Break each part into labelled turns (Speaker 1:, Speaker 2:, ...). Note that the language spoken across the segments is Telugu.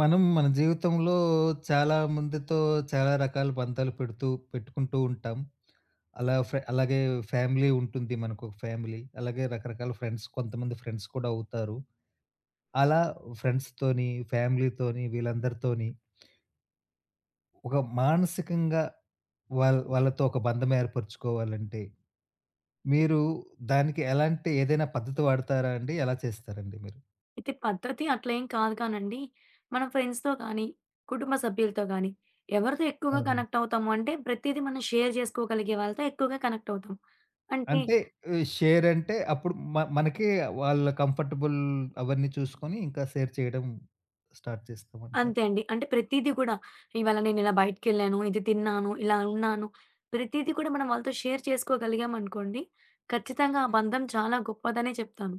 Speaker 1: మనం మన జీవితంలో చాలా మందితో చాలా రకాల పంతాలు పెడుతూ పెట్టుకుంటూ ఉంటాం. అలాగే ఫ్యామిలీ ఉంటుంది, మనకొక ఫ్యామిలీ. అలాగే రకరకాల ఫ్రెండ్స్, కొంతమంది ఫ్రెండ్స్ కూడా అవుతారు. అలా ఫ్రెండ్స్‌తోని, ఫ్యామిలీతోని, వీళ్ళందరితోని ఒక మానసికంగా వాళ్ళతో ఒక బంధం ఏర్పరుచుకోవాలంటే, మీరు దానికి ఎలాంటి ఏదైనా పద్ధతి వాడతారా అండి? ఎలా చేస్తారండి మీరు?
Speaker 2: అయితే పద్ధతి అట్లేం కాదు కానండి. మనం ఫ్రెండ్స్‌తో కానీ, కుటుంబ సభ్యులతో గానీ, ఎవరితో ఎక్కువగా
Speaker 1: అవునండి.
Speaker 2: కనెక్ట్ అవుతాము అంటే, ప్రతీదీ మనం షేర్ చేసుకోగలిగే వాళ్ళతో ఎక్కువగా కనెక్ట్ అవుతాం. అంటే
Speaker 1: అంటే షేర్ అంటే అప్పుడు మనకి వాళ్ళ కంఫర్టబుల్ అవన్నీ చూసుకొని ఇంకా షేర్ చేయడం స్టార్ట్ చేస్తామంటారు.
Speaker 2: అంతే అండి. అంటే ప్రతీదీ కూడా ఇవాళ నేనిలా బయటికెళ్ళాను, ఇది తిన్నాను, ఇలా ఉన్నాను. ప్రతీదీ కూడా మనం వాళ్ళతో షేర్ చేసుకోగలిగామనుకోండి, ఖచ్చితంగా ఆ బంధం చాలా గొప్పదనే చెప్తాను.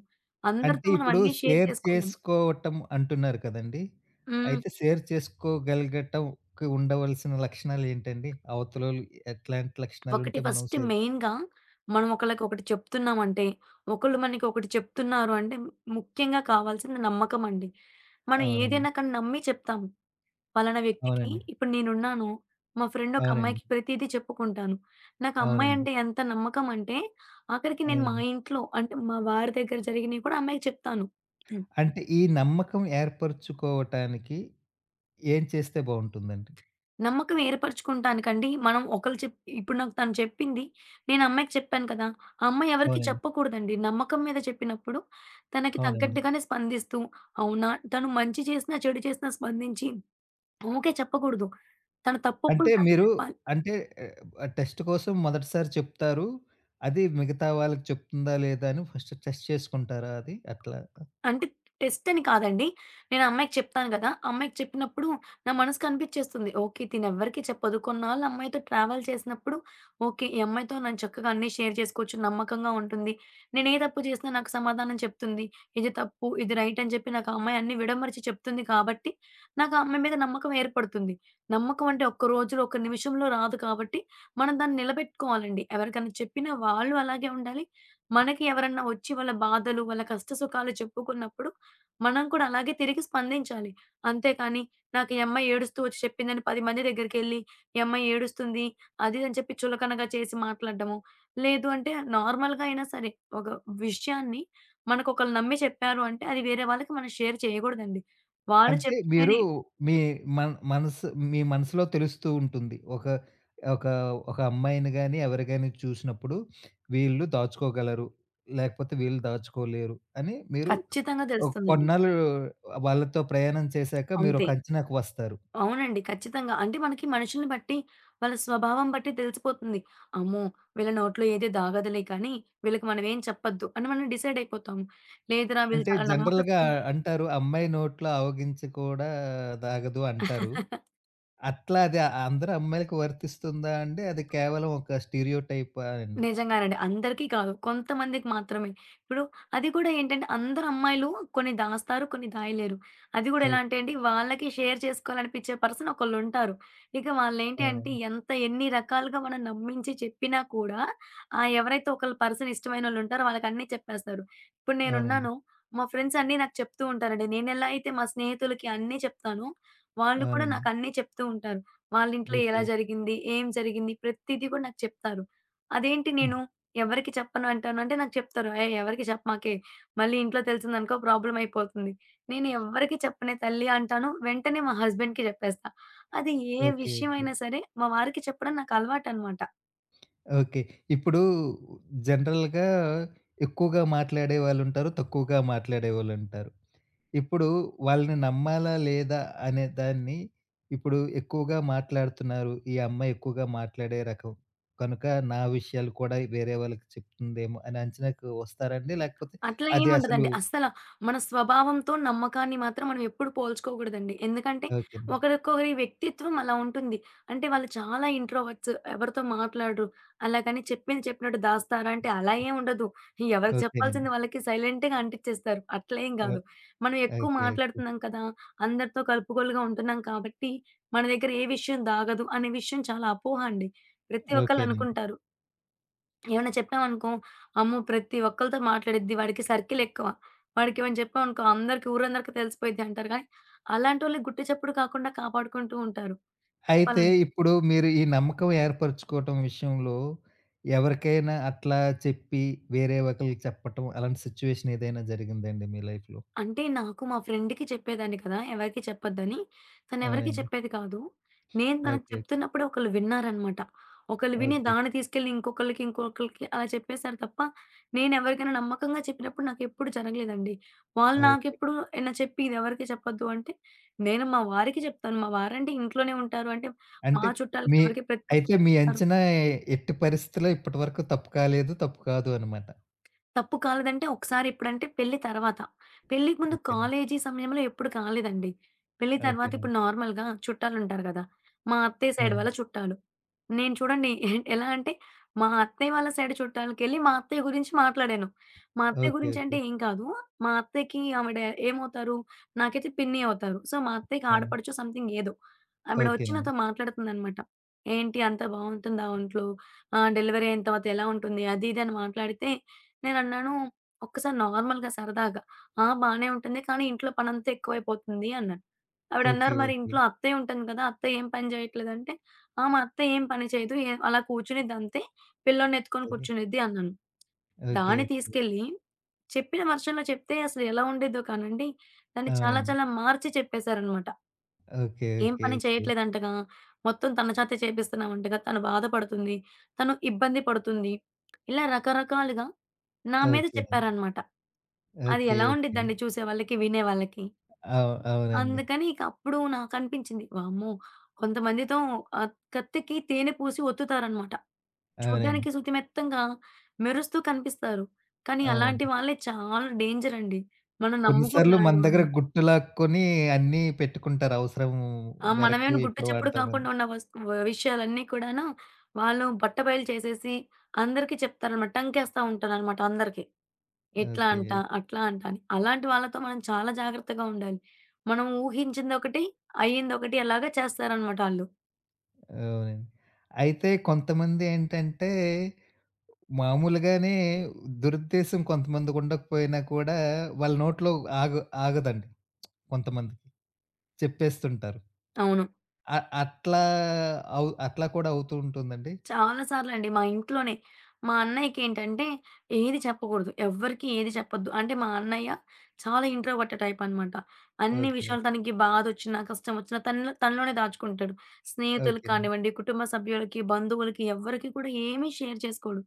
Speaker 2: అందరితో
Speaker 1: అంటే
Speaker 2: మనం
Speaker 1: ఇప్పుడు
Speaker 2: అన్నీ షేర్
Speaker 1: షేర్
Speaker 2: చేసుకోలేం.
Speaker 1: చేసుకోవటం అంటున్నారు కదండీ!
Speaker 2: హ్మ్.
Speaker 1: అయితే షేర్ చేసుకోగలగటంకి ఉండవలసిన లక్షణాలు ఏంటండి? అవతలోళ్ళు ఎట్లాంటి
Speaker 2: ఒకటి
Speaker 1: లక్షణాలుంటే మనం
Speaker 2: ఫస్ట్
Speaker 1: షేర్
Speaker 2: మెయిన్‌గా మనం ఒకళ్ళకి ఒకటి చెప్తున్నామంటే, ఒకళ్ళు మనకి ఒకటి చెప్తున్నారు అంటే ముఖ్యంగా కావాల్సింది నమ్మకమండి. మనం
Speaker 1: అవునండి.
Speaker 2: ఏదైనా కానీ నమ్మి చెప్తాము. పలానా వ్యక్తికి
Speaker 1: అవునండి.
Speaker 2: ఇప్పుడు నేనున్నాను. మా ఫ్రెండ్ ఒక
Speaker 1: అవునండి.
Speaker 2: అమ్మాయికి ప్రతీదీ చెప్పుకుంటాను. నాకు ఆ అమ్మాయి
Speaker 1: అవునండి.
Speaker 2: అంటే ఎంత నమ్మకం అంటే, ఆఖరికి నేను మా
Speaker 1: అవునండి.
Speaker 2: ఇంట్లో అంటే మా వారి దగ్గర జరిగినవి కూడా ఆ అమ్మాయికి చెప్తాను.
Speaker 1: అంటే ఈ నమ్మకం ఏర్పరుచుకోవటానికి ఏం చేస్తే బావుంటుందండి?
Speaker 2: నమ్మకం ఏర్పరచుకుంటానికండి మనం ఒకళ్ళు ఇప్పుడు నాకు తను చెప్పింది నేను అమ్మాయికి చెప్పాను కదా! ఆ అమ్మాయి ఎవరికీ
Speaker 1: అవునండి.
Speaker 2: చెప్పకూడదండి. నమ్మకం మీద చెప్పినప్పుడు తనకి
Speaker 1: అవునండి.
Speaker 2: తగ్గట్టుగానే స్పందిస్తూ, అవునా! తను మంచి చేసినా, చెడు చేసినా స్పందించి, ఊకే చెప్పకూడదు. తన తప్పొప్పులు
Speaker 1: అంటే
Speaker 2: తనకి
Speaker 1: మీరు
Speaker 2: చెప్పాలి.
Speaker 1: అంటే టెస్ట్ కోసం మొదటిసారి చెప్తారు. అది మిగతా వాళ్ళకి చెప్తుందా లేదా అని ఫస్ట్ టెస్ట్ చేసుకుంటారా అది? అట్లా
Speaker 2: అంటే టెస్ట్ అని కాదండి. నేను ఆ అమ్మాయికి చెప్తాను గదా! ఆ అమ్మాయికి చెప్పినప్పుడు నా మనసు కనిపిచ్చేస్తుంది. ఓకే. తినెవ్వరికీ చెప్పదు. కొన్నాళ్ళు అమ్మాయితో ట్రావెల్ చేసినప్పుడు ఓకే. ఈ అమ్మాయితో నేను చక్కగా అన్నీ షేర్ చేసుకోవచ్చు. నమ్మకంగా ఉంటుంది. నేను ఏ తప్పు చేసినా నాకు సమాధానం చెప్తుంది. ఇది తప్పు, ఇది రైట్ అని చెప్పి నాకు ఆ అమ్మాయి అన్నీ విడమరిచి చెప్తుంది కాబట్టి, నాకు ఆ అమ్మాయి మీద నమ్మకం ఏర్పడుతుంది. నమ్మకం అంటే ఒక్క రోజులో, ఒక్క నిమిషంలో రాదు కాబట్టి, మనం దాన్ని నిలబెట్టుకోవాలండి. ఎవరికైనా చెప్పినా వాళ్ళు అలాగే ఉండాలి. మనకి ఎవరన్నా వచ్చి వాళ్ళ బాధలు, వాళ్ళ కష్ట సుఖాలు చెప్పుకున్నప్పుడు, మనం కూడా అలాగే తిరిగి స్పందించాలి. అంతేకాని, నాకు ఈ అమ్మాయి ఏడుస్తూ వచ్చి చెప్పిందని 10 మంది దగ్గరికెళ్లి, ఈ అమ్మాయి ఏడుస్తుంది, అది అని చెప్పి చులకనగా చేసి మాట్లాడడము. లేదు అంటే నార్మల్‌గా అయినా సరే, ఒక విషయాన్ని మనకొకళ్ళు నమ్మి చెప్పారు అంటే, అది వేరే వాళ్ళకి మనం షేర్ చేయకూడదండి. వాళ్ళు
Speaker 1: అంటే మీరు
Speaker 2: చెప్తేనే
Speaker 1: మీ మనసు, మీ మనసులో తెలుస్తూ ఉంటుంది. ఒక ఒక ఒక అమ్మాయిని గాని, ఎవరి గాని చూసినప్పుడు వీళ్ళు దాచుకోగలరు, లేకపోతే వీళ్ళు దాచుకోలేరు అని మీరు
Speaker 2: ఖచ్చితంగా
Speaker 1: ఒక
Speaker 2: తెలుస్తుందండి.
Speaker 1: కొన్నాళ్ళు వాళ్ళతో ప్రయాణం చేశాక
Speaker 2: అంతే.
Speaker 1: మీరొక అంచనాకు వస్తారు.
Speaker 2: అవునండి. ఖచ్చితంగా. అంటే మనకి మనుషుల్ని బట్టి, వాళ్ళ స్వభావం బట్టి తెలిసిపోతుంది. అమ్మో! వీళ్ళ నోట్లో ఏది దాగదులే కానీ, వీళ్ళకి మనమేం చెప్పొద్దు అని మనం డిసైడ్ అయిపోతాము. లేదురా వీళ్ళు
Speaker 1: అంటే
Speaker 2: చాలా
Speaker 1: జనరల్‌గా
Speaker 2: నమ్మకస్తులు
Speaker 1: అంటారు, అమ్మాయి నోట్లో అవగించ కూడా దాగదు అంటారు. అట్లా అది అందరు అమ్మాయిలకి వర్తిస్తుందా అండి? అది కేవలం ఒక స్టీరియోటైపా అండి?
Speaker 2: నిజంగానండి. అందరికీ కాదు. కొంతమందికి మాత్రమే. ఇప్పుడు అది కూడా ఏంటంటే అందరు అమ్మాయిలు కొన్ని దాస్తారు, కొన్ని దాయలేరు. అది కూడా
Speaker 1: ఓకే.
Speaker 2: ఎలా అంటే అండి వాళ్ళకి షేర్ చేసుకోవాలనిపించే పర్సన్ ఒకళ్ళుంటారు. ఇక వాళ్ళేంటి
Speaker 1: ఆ!
Speaker 2: అంటే ఎన్ని రకాలుగా మనం నమ్మించి చెప్పినా కూడా ఆ ఎవరైతే ఒకళ్ళ పర్సన్ ఇష్టమైనోళ్ళుంటారో వాళ్ళకన్నీ చెప్పేస్తారు. ఇప్పుడు
Speaker 1: అవునండి.
Speaker 2: నేనున్నాను. మా ఫ్రెండ్స్ అన్నీ నాకు చెప్తూ ఉంటారండి. నేనెలా అయితే మా స్నేహితులకి అన్నీ చెప్తానో, వాళ్ళు కూడా
Speaker 1: అవునండి.
Speaker 2: నాకు అన్నీ చెప్తూ ఉంటారు. వాళ్ళింట్లో ఎలా
Speaker 1: ఓకే.
Speaker 2: జరిగింది? ఏం జరిగింది? ప్రతీది కూడా నాకు చెప్తారు. అదేంటి
Speaker 1: హ్మ్.
Speaker 2: నేను ఎవరికీ చెప్పను అంటాను. అంటే నాకు చెప్తారు. "ఏయ్! ఎవరికీ చెప్పమాకే. మళ్ళీ ఇంట్లో తెలిసిందనుకో ప్రాబ్లమ్ అయిపోతుంది." నేను ఎవ్వరికీ చెప్పనే తల్లి అంటాను. వెంటనే మా హస్బెండ్‌కి చెప్పేస్తా. అది ఏ
Speaker 1: ఓకే. ఓకే.
Speaker 2: విషయమైనా సరే మా వారికి చెప్పడం నాకు అలవాటనమాట.
Speaker 1: ఓకే. ఇప్పుడు జనరల్‌గా ఎక్కువగా మాట్లాడే వాళ్ళుంటారు, తక్కువగా మాట్లాడేవాళ్ళుంటారు. ఇప్పుడు వాళ్ళని నమ్మాలా లేదా అనే దాన్ని, ఇప్పుడు ఎక్కువగా మాట్లాడుతున్నారు, ఈ అమ్మాయి ఎక్కువగా మాట్లాడే రకం, కనుక నా విషయాలు కూడా వేరే వాళ్ళకి చెప్తుందేమో అని అంచనాకు వస్తారండి? లేకపోతే
Speaker 2: అట్లా
Speaker 1: అది అసలు
Speaker 2: ఏముండదండి. అస్సల మన స్వభావంతో నమ్మకాన్ని మాత్రం మనం ఎప్పుడు పోల్చుకోకూడదండి. ఎందుకంటే
Speaker 1: ఓకేనండి.
Speaker 2: ఒకరికొకరి వ్యక్తిత్వం అలా ఉంటుంది. అంటే వాళ్ళు చాలా ఇంట్రోవర్ట్స్ ఎవరితో మాట్లాడరు. అలాగని చెప్పింది చెప్పినట్టు దాస్తారా అంటే అలా ఏం ఉండదు. ఎవరికి
Speaker 1: ఓకేనండి.
Speaker 2: చెప్పాల్సింది వాళ్ళకి సైలెంట్‌గా అంటిచ్చేస్తారు. అట్లేం
Speaker 1: ఓ
Speaker 2: గాదు. మనం ఎక్కువ
Speaker 1: ఓకే. ఓకే.
Speaker 2: మాట్లాడుతున్నాం కదా! అందరితో కలుపుగోలుగా ఉంటున్నాం కాబట్టి మన దగ్గర ఏ విషయం దాగదు అనే విషయం చాలా అపోహ అండి. ప్రతి ఒక్కళ్ళు
Speaker 1: ఓకేనండి.
Speaker 2: అనుకుంటారు. ఏమన్నా చెప్పామనుకో, అమ్మో! ప్రతి ఒక్కళ్ళతో మాట్లాడిద్ది. వాడికి సర్కిల్ ఎక్కువ. వాడికి ఏమైనా చెప్పామనుకో అందరికి ఊరందరికి తెలిసిపోయిద్ది అంటారు. కానీ అలాంటోళ్ళని గుట్టు చప్పుడు కాకుండా కాపాడుకుంటూ ఉంటారు.
Speaker 1: అయితే
Speaker 2: చెప్పాలంటే.
Speaker 1: ఇప్పుడు మీరు ఈ నమ్మకం ఏర్పరచుకోవటం విషయంలో ఎవరికైనా అట్లా చెప్పి, వేరే ఒకళ్ళకి చెప్పటం, అలాంటి సిట్యుయేషన్ ఏదైనా జరిగిందండి మీ లైఫ్‌లో?
Speaker 2: అంటే నాకు మా ఫ్రెండ్‌కి చెప్పేదాన్ని కదా! ఎవరికీ చెప్పొద్దని. తనెవరికీ
Speaker 1: అవునండి.
Speaker 2: చెప్పేది కాదు. నేను తనకి
Speaker 1: ఓకే.
Speaker 2: చెప్తున్నప్పుడే ఒకళ్ళు విన్నారనమాట. ఒకళ్ళు విని
Speaker 1: ఓకే.
Speaker 2: దాన్ని తీసుకెళ్ళి ఇంకొకళ్ళకి, ఇంకొకళ్ళకి అలా చెప్పేసారు తప్ప, నేనెవరికైనా నమ్మకంగా చెప్పినప్పుడు నాకెప్పుడు జరగలేదండి. వాళ్ళు
Speaker 1: ఓకే.
Speaker 2: నాకెప్పుడు ఏమైనా చెప్పి ఇదెవరికీ చెప్పొద్దు అంటే, నేను మా వారికి చెప్తాను. మా వారంటే ఇంట్లోనే ఉంటారు. అంటే మా
Speaker 1: అంటే
Speaker 2: చుట్టాలకి
Speaker 1: మీ
Speaker 2: ఎవరికీ ప్రత్యేకంగా
Speaker 1: అయితే మీ
Speaker 2: చెప్పరు.
Speaker 1: అంచనా ఎట్టి పరిస్థితిలో ఇప్పటివరకు తప్పు కాలేదు, తప్పు కాదు అనమాట.
Speaker 2: తప్పు కాలేదంటే ఒకసారి ఎప్పుడంటే పెళ్లి తర్వాత. పెళ్ళికి ముందు
Speaker 1: ఓకేనండి.
Speaker 2: కాలేజీ సమయంలో ఎప్పుడు కాలేదండి. పెళ్లి తర్వాత ఇప్పుడు
Speaker 1: ఓకేనండి.
Speaker 2: నార్మల్‌గా చుట్టాలుంటారు గదా! మా అత్తయ్య సైడ్
Speaker 1: అవును.
Speaker 2: వాళ్ళ చుట్టాలు. నేను చూడండి ఎలా అంటే మా అత్తయ్య వాళ్ళ సైడ్ చుట్టాలకెళ్ళి మా అత్తయ్య గురించి మాట్లాడాను. మా అత్తయ్య
Speaker 1: ఓకే.
Speaker 2: గురించంటే
Speaker 1: ఓకే.
Speaker 2: ఏం కాదు. మా అత్తయ్యకి ఆవిడ ఏమవుతారు? నాకైతే పిన్ని అవుతారు. సో, మా అత్తయ్యకి
Speaker 1: అవును.
Speaker 2: ఆడపడుచో సంథింగ్ ఏదో. ఆవిడ వచ్చి నాతో
Speaker 1: ఓకేనండి.
Speaker 2: మాట్లాడుతుందనమాట. "ఏంటి అంతా బావుంటుందా ఒంట్లో? డెలివరీ అయిన తర్వాత ఎలా ఉంటుంది?" అది ఇది అని మాట్లాడితే నేనన్నాను, ఒక్కసారి నార్మల్‌గా సరదాగా, "ఆ! బానే ఉంటుంది. కానీ ఇంట్లో పనంతా ఎక్కువైపోతుంది" అన్నాను. ఆవిడన్నారు,
Speaker 1: ఓకే.
Speaker 2: "మరి
Speaker 1: ఓకే.
Speaker 2: ఇంట్లో అత్తయ్య ఉంటుంది కదా! అత్తయ్య ఏం పని చేయట్లేదంటే." "ఆ! మా అత్తయ్య ఏం పని చేయదు. ఏ అలా కూర్చునిద్ది అంతే. పిల్లోడిని ఎత్తుకొని
Speaker 1: ఓకే.
Speaker 2: కూర్చునిద్ది" అన్నాను.
Speaker 1: ఓకే.
Speaker 2: దాన్ని
Speaker 1: ఓకే.
Speaker 2: తీసుకెళ్ళి చెప్పిన వర్షన్‌లో చెప్తే అసలు ఎలా ఉండేదో కానండి, దాన్ని చాలా
Speaker 1: అవునండి.
Speaker 2: చాలా మార్చి చెప్పేశారనమాట.
Speaker 1: ఓకే.
Speaker 2: ఏం
Speaker 1: ఓకే.
Speaker 2: పని
Speaker 1: ఓకే.
Speaker 2: చేయట్లేదంటగా. మొత్తం తన చేతే చేపిస్తున్నామంటగా. తను బాధపడుతుంది. తను ఇబ్బంది పడుతుంది. ఇలా రకరకాలుగా నా మీద
Speaker 1: ఓకేనండి.
Speaker 2: చెప్పారన్నమాట. అది
Speaker 1: ఓకే.
Speaker 2: ఎలా
Speaker 1: ఓకే.
Speaker 2: ఉండిద్దండి చూసేవాళ్ళకి, వినేవాళ్ళకి.
Speaker 1: అవునండి.
Speaker 2: అందుకని ఇక అప్పుడు నాకనిపించింది. వామ్మో! కొంతమందితో కత్తికి తేనె పూసి ఒత్తుతారన్నమాట.
Speaker 1: అవునండి.
Speaker 2: చూడ్డానికి సుతిమెత్తంగా మెరుస్తూ కనిపిస్తారు. కానీ అలాంటి
Speaker 1: అవునండి.
Speaker 2: వాళ్ళే చాలా డేంజర్ అండి. మనం
Speaker 1: కొన్ని
Speaker 2: నమ్మకూడదు
Speaker 1: సార్లు మన
Speaker 2: అలాంటి
Speaker 1: దగ్గర
Speaker 2: వాళ్ళని.
Speaker 1: గుట్టు లాక్కొని అన్నీ పెట్టుకుంటారు అవసరం
Speaker 2: ఆ!
Speaker 1: మేరకు
Speaker 2: మనమేమి గుట్టు
Speaker 1: ఎప్పుడు
Speaker 2: చప్పుడు
Speaker 1: వాడతామని.
Speaker 2: కాకుండా ఉన్న వస్తు విషయాలన్నీ కూడాను వాళ్ళు బట్టబయలు చేసేసి అందరికీ చెప్తారనమాట. టంకేస్తా ఉంటారనమాట అందరికి. ఇట్లా అంట,
Speaker 1: ఓకే.
Speaker 2: అట్లా అంట అని. అలాంటి వాళ్ళతో మనం చాలా జాగ్రత్తగా ఉండాలి. మనం ఊహించిందొకటి, అయ్యిందొకటి అలాగా చేస్తారనమాట ఆళ్ళు.
Speaker 1: అవునండి. అయితే కొంతమందేంటంటే, మామూలుగానే దురుద్దేశం కొంతమందికుండకపోయినా కూడా, వాళ్ళ నోట్లో ఆగు ఆగదండి కొంతమందికి, చెప్పేస్తుంటారు.
Speaker 2: అవును.
Speaker 1: అ అట్లా అట్లా కూడా అవుతూ ఉంటుందండి?
Speaker 2: చాలా సార్లండి. మా ఇంట్లోనే. మా అన్నయ్యకేంటంటే ఏది చెప్పకూడదు. ఎవ్వరికీ ఏది చెప్పొద్దు. అంటే మా అన్నయ్య చాలా ఇంట్రోవర్ట్ టైప్ అనమాట. అన్ని విషయాలు
Speaker 1: ఓకేనండి.
Speaker 2: తనకి బాధొచ్చినా, కష్టం వచ్చినా తనలోనే దాచుకుంటాడు. స్నేహితులకి
Speaker 1: ఓకేనండి.
Speaker 2: కానివ్వండి, కుటుంబ సభ్యులకి, బంధువులకి ఎవ్వరికీ కూడా ఏమీ షేర్ చేసుకోడు.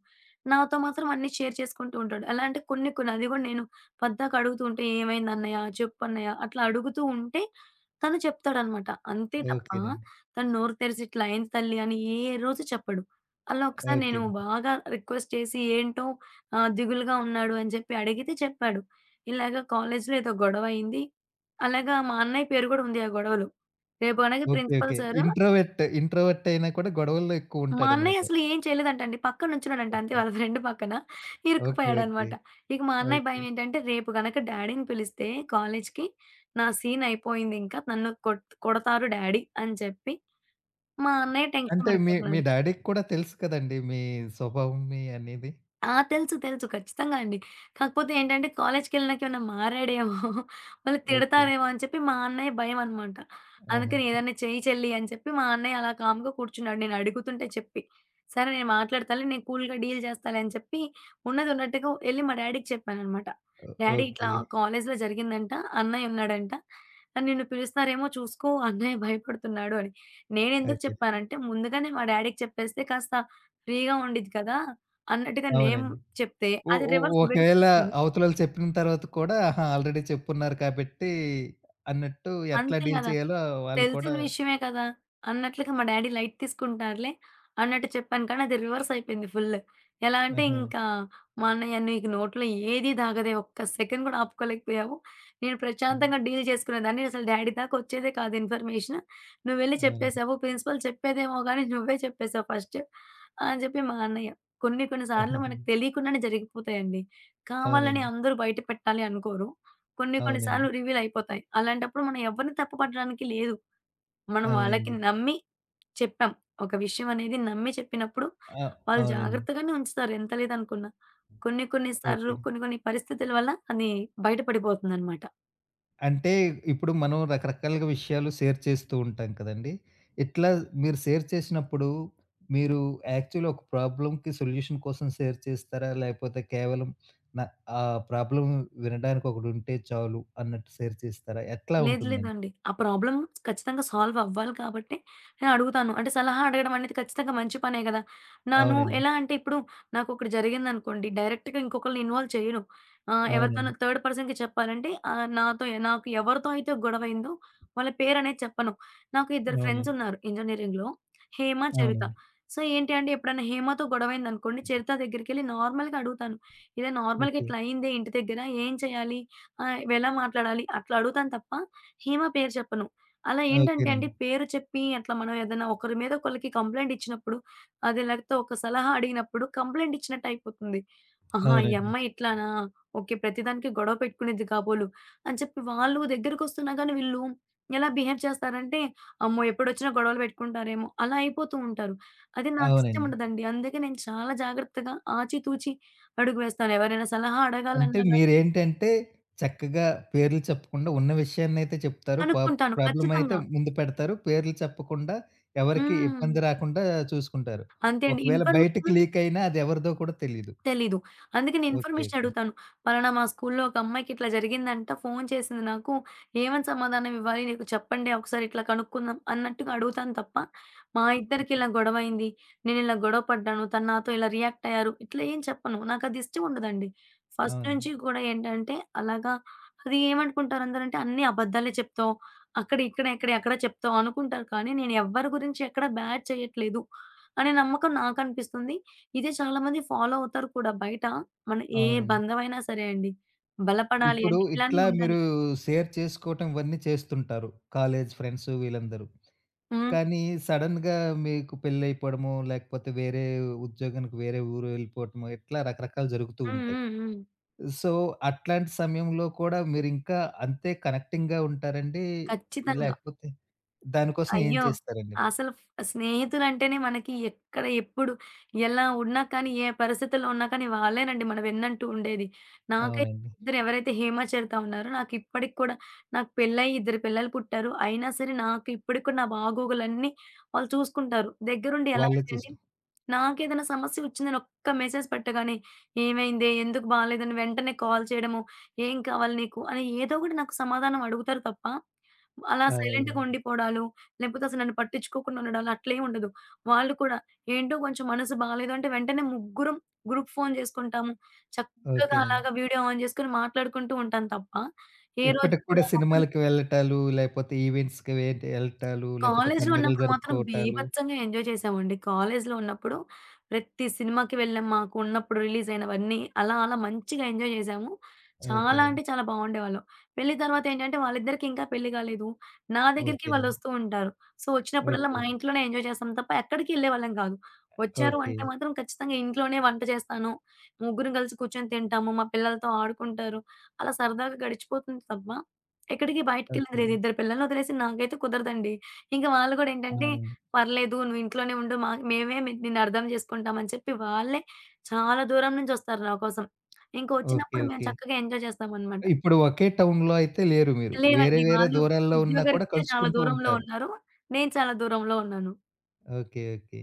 Speaker 2: నాతో మాత్రం అన్నీ షేర్ చేసుకుంటూ ఉంటాడు. ఎలా అంటే కొన్ని కొన్ని అది కూడా నేను పద్దాక అడుగుతూ ఉంటే "ఏమైంది అన్నయ్య? చెప్పు అన్నయ్య" అట్లా అడుగుతూ ఉంటే తను చెప్తాడనమాట. అంతే తప్ప
Speaker 1: ఓకేనండి.
Speaker 2: తను నోరు తెరిసి "ఇట్లా అయింది తల్లి" అని ఏ రోజు చెప్పడు. అలా ఒకసారి నేను
Speaker 1: ఓకేనండి.
Speaker 2: బాగా రిక్వెస్ట్ చేసి ఏంటో దిగులుగా ఉన్నాడు అని చెప్పి అడిగితే చెప్పాడు. ఇలాగ కాలేజ్‌లో ఏదో గొడవ అయింది. అలాగా మా అన్నయ్య పేరు కూడా ఉంది ఆ గొడవలో. రేపు అనగా
Speaker 1: okay.
Speaker 2: Principal
Speaker 1: okay.
Speaker 2: Sir
Speaker 1: introvert అయినా కూడా గొడవల్లో
Speaker 2: మా అన్నయ్య
Speaker 1: ఎక్కువుంటాడనమాట.
Speaker 2: అసలు ఏం చేయలేదంటండి. పక్కన నుంచున్నాడంట అంతే
Speaker 1: ఓకే.
Speaker 2: వాళ్ళ ఫ్రెండ్ పక్కన
Speaker 1: ఓకే. ఓకే.
Speaker 2: ఇరుక్కుపోయాడనమాట. ఇక మా అన్నయ్య
Speaker 1: ఓకే.
Speaker 2: భయం ఏంటంటే రేపు గనక డ్యాడీని పిలిస్తే కాలేజ్‌కి నా సీన్ అయిపోయిందింకా. నన్ను కొడతారు డ్యాడీ అని చెప్పి మా అన్నయ్య టెన్షన్
Speaker 1: అంటే మీ మీ
Speaker 2: పడిపోతున్నాడు.
Speaker 1: డాడీకి కూడా తెలుసు కదండీ మీ స్వభావం మీ అనేది?
Speaker 2: ఆ! తెలుసు. తెలుసు. ఖచ్చితంగా అండి. కాకపోతే ఏంటంటే కాలేజ్‌కెళ్ళినాక ఏమైనా మారాడేమో, వాళ్ళు
Speaker 1: ఓకే.
Speaker 2: తిడతారేమో అని చెప్పి మా అన్నయ్య భయమనమాట.
Speaker 1: ఆహా!
Speaker 2: అందుకని ఏదన్నా చెయ్యి చెల్లి అని చెప్పి మా అన్నయ్య అలా కామ్‌గా కూర్చున్నాడు. నేను అడుగుతుంటే చెప్పి. సరే నేను మాట్లాడతాలే, నేను కూల్‌గా డీల్ చేస్తాలే అని చెప్పి ఉన్నది ఉన్నట్టుగా ఎళ్లి మా డ్యాడీకి చెప్పాననమాట.
Speaker 1: ఓ
Speaker 2: డ్యాడీ ఇట్లా
Speaker 1: ఓకే.
Speaker 2: కాలేజ్‌లో జరిగిందంట, అన్నయ్య ఉన్నాడంట, నిన్ను పిలుస్తారేమో చూసుకో అన్నయ్య భయపడుతున్నాడు అని. నేనెందుకు
Speaker 1: ఓకే.
Speaker 2: చెప్పానంటే ముందుగానే మా డ్యాడీకి చెప్పేస్తే కాస్త ఫ్రీగా ఉండిద్ది కదా! అన్నట్టుగా నేమ్
Speaker 1: అవునండి.
Speaker 2: చెప్తే
Speaker 1: ఒ
Speaker 2: అది
Speaker 1: ఒ
Speaker 2: రివర్స్ బెడిసి
Speaker 1: ఒకవేళ
Speaker 2: కొట్టింది.
Speaker 1: అవతలోళ్ళు చెప్పిన తర్వాత కూడా, ఆహా, ఆల్రెడీ చెప్పున్నారు కాబట్టి అన్నట్టు ఎట్లా
Speaker 2: అంతే
Speaker 1: డీల్
Speaker 2: గదా!
Speaker 1: చేయాలో వాళ్ళు
Speaker 2: తెలిసిన
Speaker 1: కూడా.
Speaker 2: విషయమే కదా! అన్నట్లుగా మా డ్యాడీ లైట్ తీసుకుంటారులే అన్నట్టు చెప్పాను. కానీ అది రివర్స్ అయిపోయింది ఫుల్. ఎలా అంటే
Speaker 1: ఆహా!
Speaker 2: ఇంకా మా అన్నయ్య "నీకు నోట్లో ఏది దాగదే. ఒక్క సెకండ్ కూడా ఆపుకోలేకపోయావు. నేను
Speaker 1: హ్మ్.
Speaker 2: ప్రశాంతంగా డీల్ చేసుకునేదాన్ని. అసలు డ్యాడీ దాకా వచ్చేదే కాదు ఇన్ఫర్మేషన్. నువ్వు వెళ్లి
Speaker 1: అవునండి.
Speaker 2: చెప్పేసావు. ప్రిన్సిపల్ చెప్పేదేమో గాని నువ్వే చెప్పేసావు ఫస్ట్" అని చెప్పి మా అన్నయ్య. కొన్ని కొన్ని సార్లు మనకు తెలియకుండానే జరిగిపోతాయండి. కావాలని
Speaker 1: అవునండి.
Speaker 2: అందరూ బయట పెట్టాలి అనుకోరు. కొన్ని కొన్ని సార్లు
Speaker 1: అవునండి.
Speaker 2: రివీల్ అయిపోతాయి. అలాంటప్పుడు మనం ఎవరిని తప్పు పట్టడానికి లేదు. మనం వాళ్ళకి
Speaker 1: అవునండి.
Speaker 2: నమ్మి చెప్పాం. ఒక విషయం అనేది నమ్మి చెప్పినప్పుడు
Speaker 1: ఆ!
Speaker 2: వాళ్ళు
Speaker 1: అవునండి.
Speaker 2: జాగ్రత్తగానే ఉంచుతారు ఎంత లేదనుకున్నా. కొన్ని కొన్ని సార్లు
Speaker 1: ఓకే.
Speaker 2: కొన్ని కొన్ని పరిస్థితుల వల్ల అది బయట పడిపోతుందనమాట.
Speaker 1: అంటే ఇప్పుడు మనం రకరకాలుగా విషయాలు షేర్ చేస్తూ ఉంటాం కదండీ! ఇట్లా మీరు షేర్ చేసినప్పుడు మీరు యాక్చువల్‌గా ఒక ప్రాబ్లమ్‌కి సొల్యూషన్ కోసం షేర్ చేస్తారా? లేకపోతే కేవలం న ఆ ప్రాబ్లమ్ వినడానికి ఒకడుంటే చాలు అన్నట్టు షేర్ చేస్తారా? ఎట్లా ఉంటుందండి?
Speaker 2: లేదండి. ఆ ప్రాబ్లమ్ ఖచ్చితంగా సాల్వ్ అవ్వాలి కాబట్టి నేను అడుగుతాను. అంటే సలహా అడగడం అనేది ఖచ్చితంగా మంచి పనే గదా! నాను
Speaker 1: అవునండి.
Speaker 2: ఎలా అంటే ఇప్పుడు నాకొకటి జరిగిందనుకోండి డైరెక్ట్‌గా ఇంకొకళ్ళని ఇన్వాల్వ్ చేయను. ఎవరితోనో
Speaker 1: అవునండి.
Speaker 2: థర్డ్ పర్సన్‌కి చెప్పాలంటే నాతో నాకు ఎవరితో అయితే గొడవయిందో వాళ్ళ పేరనేది చెప్పను. నాకు ఇద్దరు
Speaker 1: అవునండి.
Speaker 2: ఫ్రెండ్స్ ఉన్నారు ఇంజినీరింగ్‌లో హేమ, చరిత.
Speaker 1: అవునండి.
Speaker 2: సో, ఏంటి అంటే ఎప్పుడైనా హేమతో గొడవయిందనుకోండి చరిత దగ్గరికెళ్ళి నార్మల్‌గా అడుగుతాను. ఇలా నార్మల్‌గా
Speaker 1: ఓకే.
Speaker 2: ఇట్లా అయిందే ఇంటి దగ్గర ఏం చేయాలి? ఎలా మాట్లాడాలి? అట్లా అడుగుతాను తప్ప హేమ పేరు చెప్పను. అలా ఏంటంటే అండి,
Speaker 1: ఓకేనండి.
Speaker 2: పేరు చెప్పి అట్లా మనం ఏదైనా ఒకరి మీద ఒకళ్ళకి కంప్లెయింట్ ఇచ్చినప్పుడు, అది లేకపోతే ఒక సలహా అడిగినప్పుడు కంప్లెయింట్ ఇచ్చినట్టు అయిపోతుంది. ఆహా! ఈ
Speaker 1: అవునండి.
Speaker 2: అమ్మాయి ఇట్లానా? ఓకే. ప్రతిదానికి గొడవ పెట్టుకునేది కాబోలు అని చెప్పి వాళ్ళు దగ్గరకొస్తున్నా గానీ వీళ్ళు ఎలా బిహేవ్ చేస్తారంటే, అమ్మో! ఎప్పుడొచ్చినా గొడవలు పెట్టుకుంటారేమో అలా అయిపోతూ ఉంటారు. అది నాకు ఇష్టం
Speaker 1: అవునండి.
Speaker 2: ఉండదండి. అందుకే నేను చాలా జాగ్రత్తగా ఆచితూచి అడుగు వేస్తాను. ఎవరైనా సలహా
Speaker 1: అంటే
Speaker 2: అడగాలన్నా గానీ
Speaker 1: మీరేంటంటే, చక్కగా పేర్లు చెప్పకుండా ఉన్న విషయాన్నయితే చెప్తారు.
Speaker 2: కనుక్కుంటాను
Speaker 1: ప్రాబ్లమయితే
Speaker 2: ఖచ్చితంగా.
Speaker 1: ముందు పెడతారు, పేర్లు చెప్పకుండా, ఎవరికీ
Speaker 2: హ్మ్.
Speaker 1: ఇబ్బంది రాకుండా చూసుకుంటారు.
Speaker 2: అంతే అండి.
Speaker 1: ఒకవేళ బయటికి
Speaker 2: ఇన్ఫర్మేషన్
Speaker 1: లీకయినా అది ఎవరిదో కూడా తెలీదు.
Speaker 2: తెలీదు. అందుకే నేను
Speaker 1: ఓకే.
Speaker 2: Information
Speaker 1: okay.
Speaker 2: అడుగుతాను. పలానా మా స్కూల్లో ఒక అమ్మాయికి ఇట్లా జరిగిందంట. ఫోను చేసింది నాకు. ఏమని సమాధానం ఇవ్వాలి? నీకు చెప్పండి. ఒకసారి ఇట్లా కనుక్కుందాం అన్నట్టుగా అడుగుతాను తప్ప, మా ఇద్దరికి ఇలా గొడవయింది. నేనిలా గొడవ పడ్డాను. తను నాతో ఇలా రియాక్ట్ అయ్యారు. ఇట్లా ఏం చెప్పను. నాకది ఇష్టం ఉండదండి. ఫస్ట్
Speaker 1: అవును.
Speaker 2: నుంచి కూడా ఏంటంటే అలాగా అది ఏమనుకుంటారు అందరంటే అన్నీ అబద్ధాలే చెప్తావు. అక్కడ, ఇక్కడ, ఇక్కడ, ఎక్కడ చెప్తావు అనుకుంటారు. కానీ నేను ఎవ్వరి గురించి ఎక్కడ బ్యాడ్ చేయట్లేదు అనే నమ్మకం నాకనిపిస్తుంది. ఇది చాలా మంది ఫాలో అవుతారు కూడా. బయట మన ఏ
Speaker 1: అవునండి.
Speaker 2: బంధమైనా సరే అండి. బలపడాలి
Speaker 1: ఇప్పుడు
Speaker 2: అంటే ఇలానే
Speaker 1: ఇట్లా
Speaker 2: ఉండాలి.
Speaker 1: మీరు షేర్ చేసుకోవటం ఇవన్నీ చేస్తుంటారు, కాలేజీ ఫ్రెండ్స్ వీళ్ళందరూ.
Speaker 2: హ్మ్.
Speaker 1: కానీ సడెన్‌గా మీకు పెళ్లయిపోవడమో, లేకపోతే వేరే ఉద్యోగానికి వేరే ఊరు వెళ్ళిపోవటమో, ఇట్లా రకరకాలు జరుగుతూ
Speaker 2: హ్మ్.
Speaker 1: ఉంటాయి.
Speaker 2: హ్మ్. హ్మ్.
Speaker 1: సో, అట్లాంటి సమయంలో కూడా మీరింకా అంతే కనెక్టింగ్‌గా ఉంటారండి?
Speaker 2: ఖచ్చితంగా.
Speaker 1: లేకపోతే దానికోసం ఏం
Speaker 2: అయ్యో!
Speaker 1: చేస్తారండి మీరు?
Speaker 2: అసలు స్నేహితులంటేనే మనకి ఎక్కడ, ఎప్పుడు, ఎలా ఉన్నా కానీ, ఏ పరిస్థితుల్లో ఉన్నా కానీ, వాళ్ళేనండి మన వెన్నంటూ ఉండేది. నాకై
Speaker 1: అవునండి.
Speaker 2: ఇద్దరు ఎవరైతే 'హేమ, చరిత' ఉన్నారో నాకిప్పటికి కూడా నాకు పెళ్లయ్యి ఇద్దరు పిల్లలు పుట్టారు. అయినా సరే నాకు ఇప్పటికి కూడా నా బాగోగులన్నీ వాళ్ళు చూసుకుంటారు. దగ్గరుండి ఎలా
Speaker 1: వాళ్ళే
Speaker 2: అంటే అండి,
Speaker 1: చూసుకు
Speaker 2: నాకేదైనా సమస్య వచ్చిందని ఒక్క మెసేజ్ పెట్టగానే, "ఏమైందే? ఎందుకు బాలేదని?" వెంటనే కాల్ చేయడము, "ఏం కావాలి నీకు?" అని ఏదో ఒకటి నాకు సమాధానం అడుగుతారు తప్ప అలా సైలెంట్‌గా
Speaker 1: అవునండి.
Speaker 2: ఉండిపోవడాలు, లేకపోతే అసలు నన్ను పట్టించుకోకుండా ఉండడాలు అట్లేం ఉండదు. వాళ్ళు కూడా ఏంటో కొంచెం మనసు బాలేదు అంటే వెంటనే ముగ్గురం గ్రూప్ ఫోన్ చేసుకుంటాము. చక్కగా
Speaker 1: ఓకేనండి.
Speaker 2: అలాగా వీడియో ఆన్ చేసుకొని మాట్లాడుకుంటూ ఉంటాను తప్ప, ఏ రోజు
Speaker 1: ఇప్పటికి కూడా
Speaker 2: కూడా
Speaker 1: సినిమాలకి వెళ్ళటాలు, లేపోతే ఈవెంట్స్‌కి వె వెళ్ళటాలు, లేపోతే
Speaker 2: కాలేజ్‌లో
Speaker 1: పండుగలు
Speaker 2: ఉన్నప్పుడు మాత్రం
Speaker 1: జరుపుకోవటాలు.
Speaker 2: బీభత్సంగా ఎంజాయ్ చేశామండి. కాలేజ్‌లో ఉన్నప్పుడు ప్రతి సినిమాకి వెళ్ళాం. మాకున్నప్పుడు రిలీజ్ అయినవన్నీ అలా అలా మంచిగా ఎంజాయ్ చేశాము. చాలా
Speaker 1: ఓకేనండి.
Speaker 2: అంటే చాలా బాగుండేవాళ్ళం. పెళ్లి తర్వాత ఏంటంటే వాళ్ళిద్దరికీ ఇంకా పెళ్లి కాలేదు. నా దగ్గరికి
Speaker 1: ఓకేనండి.
Speaker 2: వాళ్ళొస్తూ ఉంటారు. సో, వచ్చినప్పుడల్లా మా
Speaker 1: ఓకే.
Speaker 2: ఇంట్లోనే ఎంజాయ్ చేస్తాం తప్ప ఎక్కడికి వెళ్ళేవాళ్ళం కాదు. వచ్చారు
Speaker 1: ఓకే.
Speaker 2: అంటే మాత్రం ఖచ్చితంగా ఇంట్లోనే వంట చేస్తాను. ముగ్గురం కలిసి కూర్చొని తింటాము. మా పిల్లలతో ఆడుకుంటారు. అలా సరదాగా గడిచిపోతుంది తప్ప ఎక్కడికి బయటికెళ్ళింది
Speaker 1: ఓకే.
Speaker 2: లేదు. ఇద్దరు పిల్లల్ని వదిలేసి నాకైతే కుదరదండి. ఇంక వాళ్ళు గూడా ఏంటంటే,
Speaker 1: అవునండి.
Speaker 2: "పర్లేదు నువ్వు ఇంట్లోనే ఉండు. మేమే నిన్నర్థం జేసుకుంటాం" అని చెప్పి వాళ్ళే చాలా దూరం నుంచొస్తారు నా కోసం. ఇంక
Speaker 1: ఓకే.
Speaker 2: వచ్చినప్పుడు మేము
Speaker 1: ఓకే.
Speaker 2: చక్కగా ఎంజాయ్ చేస్తామనమాట.
Speaker 1: ఇప్పుడు ఒకే టౌన్‌లో అయితే లేరు మీరు. వేరే
Speaker 2: లేదండి.
Speaker 1: వేరే
Speaker 2: వాళ్ళు
Speaker 1: దూరాల్లో ఉన్నా కూడా
Speaker 2: ఉద్యోగరీత్యా చాలా
Speaker 1: కలుసుకుంటూ
Speaker 2: దూరంలో
Speaker 1: ఉంటారు.
Speaker 2: ఉన్నారు. నేను చాలా దూరంలో ఉన్నాను.
Speaker 1: ఓకే. ఓకే.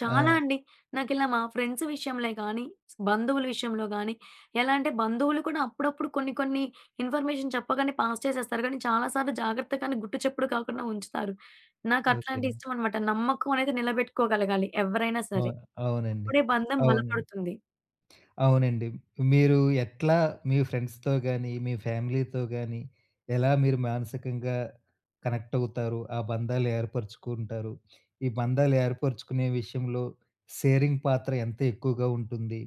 Speaker 2: చాలా
Speaker 1: ఆ!
Speaker 2: అండి. నాకిలా మా ఫ్రెండ్స్ విషయంలో గానీ, బంధువుల విషయంలో గానీ, ఎలా అంటే బంధువులు కూడా అప్పుడప్పుడు కొన్ని కొన్ని ఇన్ఫర్మేషన్ చెప్పగానే పాస్ చేసేస్తారు కానీ, చాలా సార్లు జాగ్రత్తగానే గుట్టు చప్పుడు కాకుండా ఉంచుతారు. నాకట్లాంటియి
Speaker 1: ఓకేనండి.
Speaker 2: ఇష్టమనమాట. నమ్మకం అనేది నిలబెట్టుకోగలగాలి ఎవరైనా సరే.
Speaker 1: అవును. అవునండి.
Speaker 2: అప్పుడే బంధం
Speaker 1: అవునండి.
Speaker 2: బలపడుతుంది.
Speaker 1: అవునండి. మీరు ఎట్లా మీ ఫ్రెండ్స్‌తో గాని, మీ ఫ్యామిలీతో గాని, ఎలా మీరు మానసికంగా కనెక్ట్ అవుతారు? ఆ బంధాలు ఏర్పరుచుకుంటారు? ఈ బంధాలు ఏర్పరుచుకునే విషయంలో షేరింగ్ పాత్ర ఎంత ఎక్కువగా ఉంటుంది?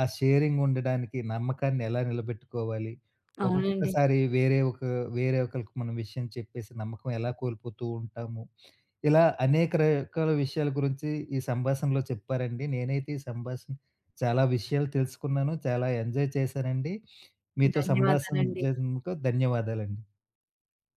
Speaker 1: ఆ షేరింగ్ ఉండడానికి నమ్మకాన్ని ఎలా నిలబెట్టుకోవాలి?
Speaker 2: అవునండి.
Speaker 1: ఒక్కొక్కసారి వేరే ఒక వేరే ఒకళ్ళకి మనం విషయం చెప్పేసి నమ్మకం ఎలా కోల్పోతూ ఉంటాము? ఇలా అనేక రకాల విషయాల గురించి ఈ సంభాషణలో చెప్పారండి. నేనైతే ఈ సంభాషణ చాలా విషయాలు తెలుసుకున్నాను. చాలా ఎంజాయ్ చేశానండి. మీతో సంభాషణ
Speaker 2: ధన్యవాదాలండి.
Speaker 1: చేసినందుకు ధన్యవాదాలండి.